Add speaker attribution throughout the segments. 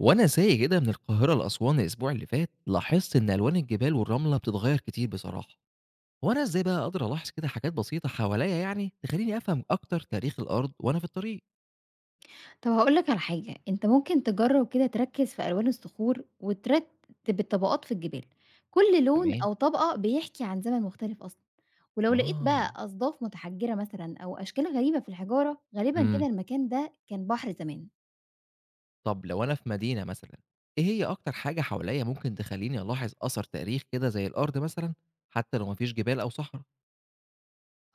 Speaker 1: وانا سايق كده من القاهره لاسوان الاسبوع اللي فات، لاحظت ان الوان الجبال والرمله بتتغير كتير بصراحه. وانا ازاي بقى اقدر الاحظ كده حاجات بسيطه حواليا يعني تخليني افهم اكتر تاريخ الارض وانا في الطريق؟
Speaker 2: طب هاقول لك على حاجة، أنت ممكن تجرّب كده تركّز في ألوان الصخور وترتب الطبقات في الجبال، كل لون
Speaker 1: تمام.
Speaker 2: أو طبقة بيحكي عن زمن مختلف أصلًا، ولو لقيت بقى
Speaker 1: اه.
Speaker 2: أصداف متحجرة مثلًا أو أشكال غريبة في الحجارة، غالبًا كده
Speaker 1: امم
Speaker 2: المكان ده كان بحر زمان.
Speaker 1: طب لو انا في مدينه مثلا، ايه هي اكتر حاجه حواليا ممكن تخليني الاحظ اثر تاريخ كده زي الارض مثلا، حتى لو مفيش جبال او صحراء؟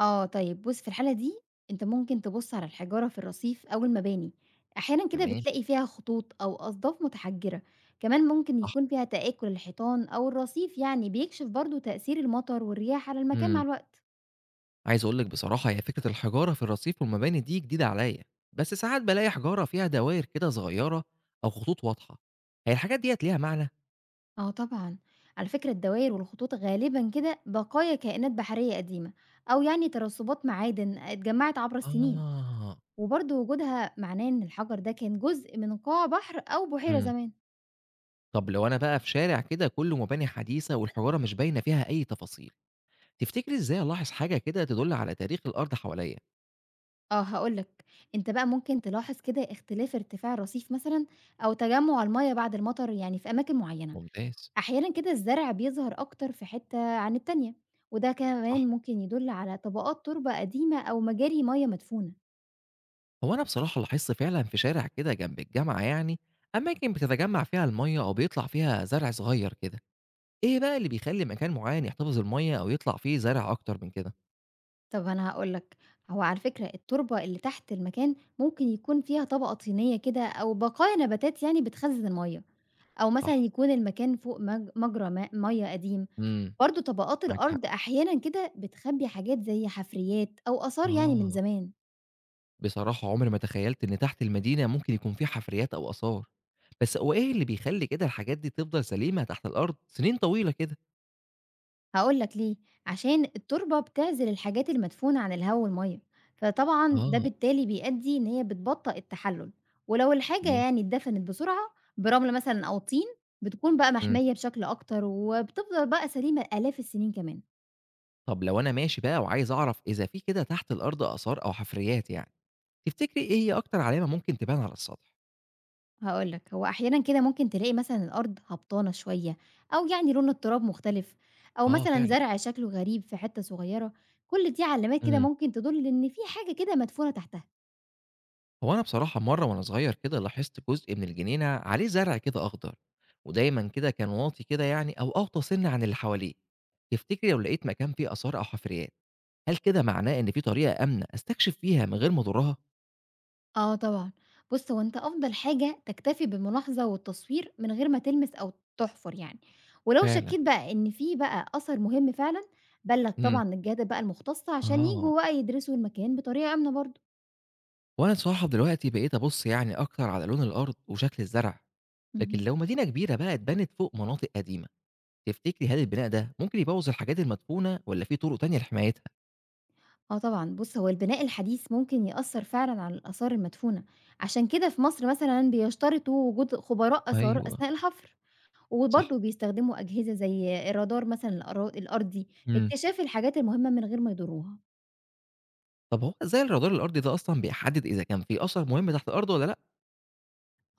Speaker 2: آه طيب بُص في الحالة دي أنت ممكن تبُص على الحجارة في الرصيف أو المباني، أحيانًا كده
Speaker 1: تمام.
Speaker 2: بتلاقي فيها خطوط أو أصداف متحجرة، كمان ممكن
Speaker 1: صح.
Speaker 2: يكون فيها تآكل الحيطان أو الرصيف يعني بيكشف برضه تأثير المطر والرياح على المكان مع
Speaker 1: امم
Speaker 2: الوقت.
Speaker 1: عايز أقول لك بصراحة هي فكرة الحجارة في الرصيف والمباني دي جديدة عليا، بس ساعات بالاقي حجارة فيها دواير كده صغيرة أو خطوط واضحة، هي الحاجات ديّة ليها معنى؟
Speaker 2: آه طبعًا، على فكرة الدوائر والخطوط غالبًا كده بقايا كائنات بحرية قديمة، أو يعني ترسبات معادن اتجمعت عبر السنين،
Speaker 1: آه.
Speaker 2: وبرضه وجودها معناه إن الحجر ده كان جزء من قاع بحر أو بحيرة
Speaker 1: إمم،
Speaker 2: زمان.
Speaker 1: طب لو أنا بقى في شارع كده كله مباني حديثة والحجارة مش باينة فيها أي تفاصيل، تفتكري إزاي ألاحظ حاجة كده تدل على تاريخ الأرض حواليّا؟
Speaker 2: آه هاقول لك، أنت بقى ممكن تلاحظ كده اختلاف ارتفاع الرصيف مثلًا، أو تجمع المية بعد المطر يعني في أماكن معينة.
Speaker 1: ممتاز.
Speaker 2: أحيانًا كده الزرع بيظهر أكتر في حتة عن التانية، وده
Speaker 1: صح.
Speaker 2: كمان ممكن يدل على طبقات تربة قديمة أو مجاري مية مدفونة.
Speaker 1: هو أنا بصراحة لاحظت فعلًا في شارع كده جنب الجامعة يعني أماكن بتتجمّع فيها المَيّة أو بيطلع فيها زرع صغير كده، إيه بقى اللي بيخلّي مكان معيّن يحتفظ المَيّة أو يطلع فيه زرع أكتر من كده؟
Speaker 2: طب أنا هاقول لك، هو على فكرة التربة اللي تحت المكان ممكن يكون فيها طبقة طينية كده أو بقايا نباتات يعني بتخزن المَيّة، أو مثلًا
Speaker 1: صح.
Speaker 2: يكون المكان فوق مجرى ماء مَيّة قديم،
Speaker 1: إمم.
Speaker 2: برضه طبقات
Speaker 1: معاك حق.
Speaker 2: الأرض أحيانًا كده بتخبّي حاجات زي حفريات أو آثار يعني من
Speaker 1: آه.
Speaker 2: زمان.
Speaker 1: بصراحة عمري ما تخيّلت إن تحت المدينة ممكن يكون في حفريات أو آثار، بس هو إيه اللي بيخلّي كده الحاجات دي تفضل سليمة تحت الأرض سنين طويلة كده؟
Speaker 2: هاقول لك ليه، عشان التربة بتعزل الحاجات المدفونة عن الهوا والمَيّة، فطبعًا ده
Speaker 1: آه.
Speaker 2: بالتالي بيأدّي إن هي بتبطّئ التحلُّل، ولو الحاجة
Speaker 1: تمام.
Speaker 2: يعني اتدفنت بسرعة برمل مثلًا أو طين، بتكون بقى
Speaker 1: إمم.
Speaker 2: محميّة بشكل أكتر وبتفضل بقى سليمة لآلاف السنين كمان.
Speaker 1: طب لو أنا ماشي بقى وعايز أعرف إذا في كده تحت الأرض آثار أو حفريات يعني، تفتكري إيه هي أكتر علامة ممكن تبان على السطح؟
Speaker 2: هاقول لك، هو أحيانًا كده ممكن تلاقي مثلًا الأرض هبطانة شوية أو يعني لون التراب مختلف أو
Speaker 1: آه
Speaker 2: مثلًا
Speaker 1: فعلًا.
Speaker 2: زرع شكله غريب في حتّة صغيرة، كل دي علامات كده
Speaker 1: إمم.
Speaker 2: ممكن تدُل إن في حاجة كده مدفونة تحتها.
Speaker 1: هو أنا بصراحة مرة وأنا صغير كده لاحظت جزء من الجنينة عليه زرع كده أخضر، ودايما كده كان واطي كده يعني أو أغطى سن عن اللي حواليه. تفتكري لو لقيت مكان فيه آثار أو حفريات، هل كده معناه إن في طريقة آمنة أستكشف فيها من غير ما أضرها؟
Speaker 2: آه طبعًا. بُص، هو أنت أفضل حاجة تكتفي بالملاحظة والتصوير من غير ما تلمس أو تحفر يعني، ولو
Speaker 1: فعلا.
Speaker 2: شكيت بقى إن في بقى أثر مهم فعلًا، بلّغ
Speaker 1: امم
Speaker 2: طبعًا الجهات بقى المختصة عشان
Speaker 1: آه،
Speaker 2: ييجوا بقى يدرسوا المكان بطريقة آمنة برضه.
Speaker 1: وأنا صراحة دلوقتي بقيت أبص يعني أكتر على لون الأرض وشكل الزرع، لكن
Speaker 2: اهم.
Speaker 1: لو مدينة كبيرة بقى اتبنت فوق مناطق قديمة، تفتكري هل البناء ده ممكن يبوظ الحاجات المدفونة ولا في طرق تانية لحمايتها؟
Speaker 2: آه طبعًا. بُص، هو البناء الحديث ممكن يأثّر فعلًا على الآثار المدفونة، عشان كده في مصر مثلًا بيشترطوا وجود خبراء آثار
Speaker 1: أيوه.
Speaker 2: أثناء الحفر،
Speaker 1: صح.
Speaker 2: وبرضه بيستخدموا أجهزة زي الرادار مثلًا الأرضي
Speaker 1: امم
Speaker 2: لاكتشاف الحاجات المهمة من غير ما يضروها.
Speaker 1: طب هو إزاي الرادار الأرضي ده أصلًا بيحدد إذا كان في أثر مهم تحت الأرض والّا لأ؟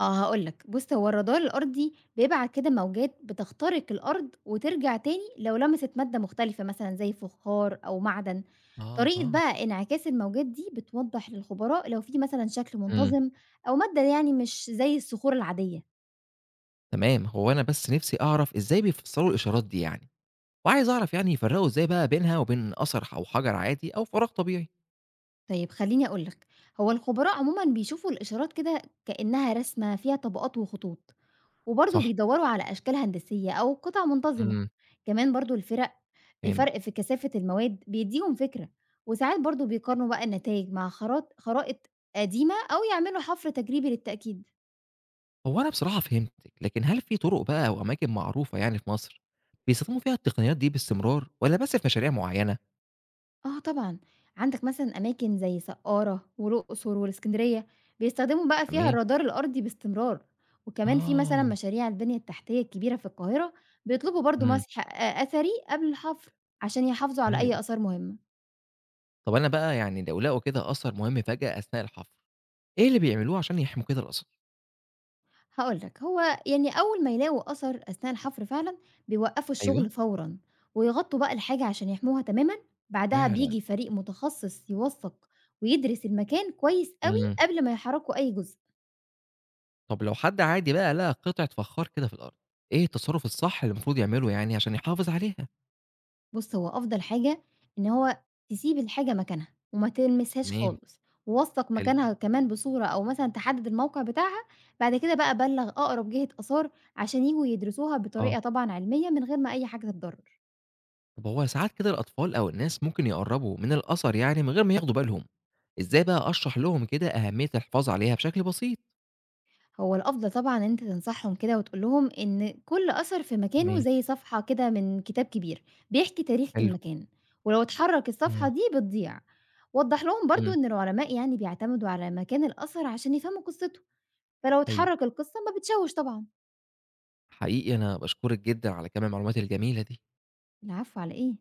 Speaker 2: آه هاقول لك، بُص هو الرادار الأرضي بيبعت كده موجات بتخترق الأرض وترجع تاني لو لمست مادة مختلفة مثلًا زي فخار أو معدن، طريقة
Speaker 1: أها.
Speaker 2: بقى انعكاس الموجات دي بتوضح للخبراء لو في مثلًا شكل
Speaker 1: إمم.
Speaker 2: منتظم أو مادة يعني مش زي الصخور العادية.
Speaker 1: تمام. هو أنا بس نفسي أعرف إزاي بيفسروا الإشارات دي يعني، وعايز أعرف يعني يفرقوا إزاي بقى بينها وبين أثر أو حجر عادي أو فراغ طبيعي؟
Speaker 2: طيب خلّيني أقول لك، هو الخبراء عمومًا بيشوفوا الإشارات كده كأنها رسمة فيها طبقات وخطوط، وبرضه
Speaker 1: صح.
Speaker 2: بيدوّروا على أشكال هندسية أو قطع منتظمة،
Speaker 1: إمم.
Speaker 2: كمان برضه الفرق
Speaker 1: فهمت.
Speaker 2: الفرق في كثافة المواد بيدّيهم فكرة، وساعات برضه بيقارنوا بقى النتايج مع خرائط قديمة أو يعملوا حفر تجريبي للتأكيد.
Speaker 1: هو أنا بصراحة فهمتِك، لكن هل في طرق بقى أو أماكن معروفة يعني في مصر بيستخدموا فيها التقنيات دي باستمرار والّا بس في مشاريع معينة؟
Speaker 2: آه طبعًا، عندك مثلًا أماكن زي سقّارة والأقصر والإسكندرية بيستخدموا بقى فيها
Speaker 1: تمام.
Speaker 2: الرادار الأرضي باستمرار، وكمان في مثلًا
Speaker 1: آه.
Speaker 2: مشاريع البنية التحتية الكبيرة في القاهرة بيطلبوا برضه
Speaker 1: إمم.
Speaker 2: مسح أثري قبل الحفر عشان يحافظوا على أي
Speaker 1: أيوه.
Speaker 2: آثار مهمة.
Speaker 1: طب أنا بقى يعني لو لقوا كده أثر مهم فجأة أثناء الحفر، إيه اللي بيعملوه عشان يحموا كده الآثار؟
Speaker 2: هاقول لك، هو يعني أول ما يلاقوا أثر أثناء الحفر فعلًا، بيوقّفوا
Speaker 1: أيوه.
Speaker 2: الشغل فورًا، ويغطّوا بقى الحاجة عشان يحموها تمامًا، بعدها
Speaker 1: فعلًا.
Speaker 2: بييجي فريق متخصص يوثّق ويدرس المكان كويس أوي
Speaker 1: إمم.
Speaker 2: قبل ما يحركوا أي جزء.
Speaker 1: طَب لو حد عادي بقى لقى قطعة فخار كده في الأرض، إيه التصرُّف الصح اللي المفروض يعمله يعني عشان يحافظ عليها؟
Speaker 2: بُص، هو أفضل حاجة إن هو تسيب الحاجة مكانها وما تلمسهاش
Speaker 1: تمام.
Speaker 2: خالص، ووثّق
Speaker 1: حلو.
Speaker 2: مكانها كمان بصورة أو مثلًا تحدد الموقع بتاعها، بعد كده بقى بلّغ أقرب جهة آثار عشان ييجوا يدرسوها
Speaker 1: آه.
Speaker 2: بطريقة طبعًا علمية من غير ما أي حاجة تتضرر.
Speaker 1: طَب هو ساعات كده الأطفال أو الناس ممكن يقرّبوا من الأثر يعني من غير ما ياخدوا بالهم، إزاي بقى أشرح لهم كده أهمية الحفاظ عليها بشكل بسيط؟
Speaker 2: هو الأفضل طبعًا إن أنت تنصحهم كده وتقول لهم إن كل أثر في مكانه
Speaker 1: تمام.
Speaker 2: زي صفحة كده من كتاب كبير، بيحكي تاريخ
Speaker 1: حلو.
Speaker 2: المكان، ولو اتحرك الصفحة
Speaker 1: آه.
Speaker 2: دي بتضيع. وضّح لهم برضه
Speaker 1: إمم.
Speaker 2: إن العلماء يعني بيعتمدوا على مكان الأثر عشان يفهموا قصته، فلو
Speaker 1: أيوه.
Speaker 2: اتحرك القصة ما بتشوش طبعًا.
Speaker 1: حقيقي أنا باشكرِك جدًا على كم المعلومات الجميلة دي.
Speaker 2: العفو على إيه؟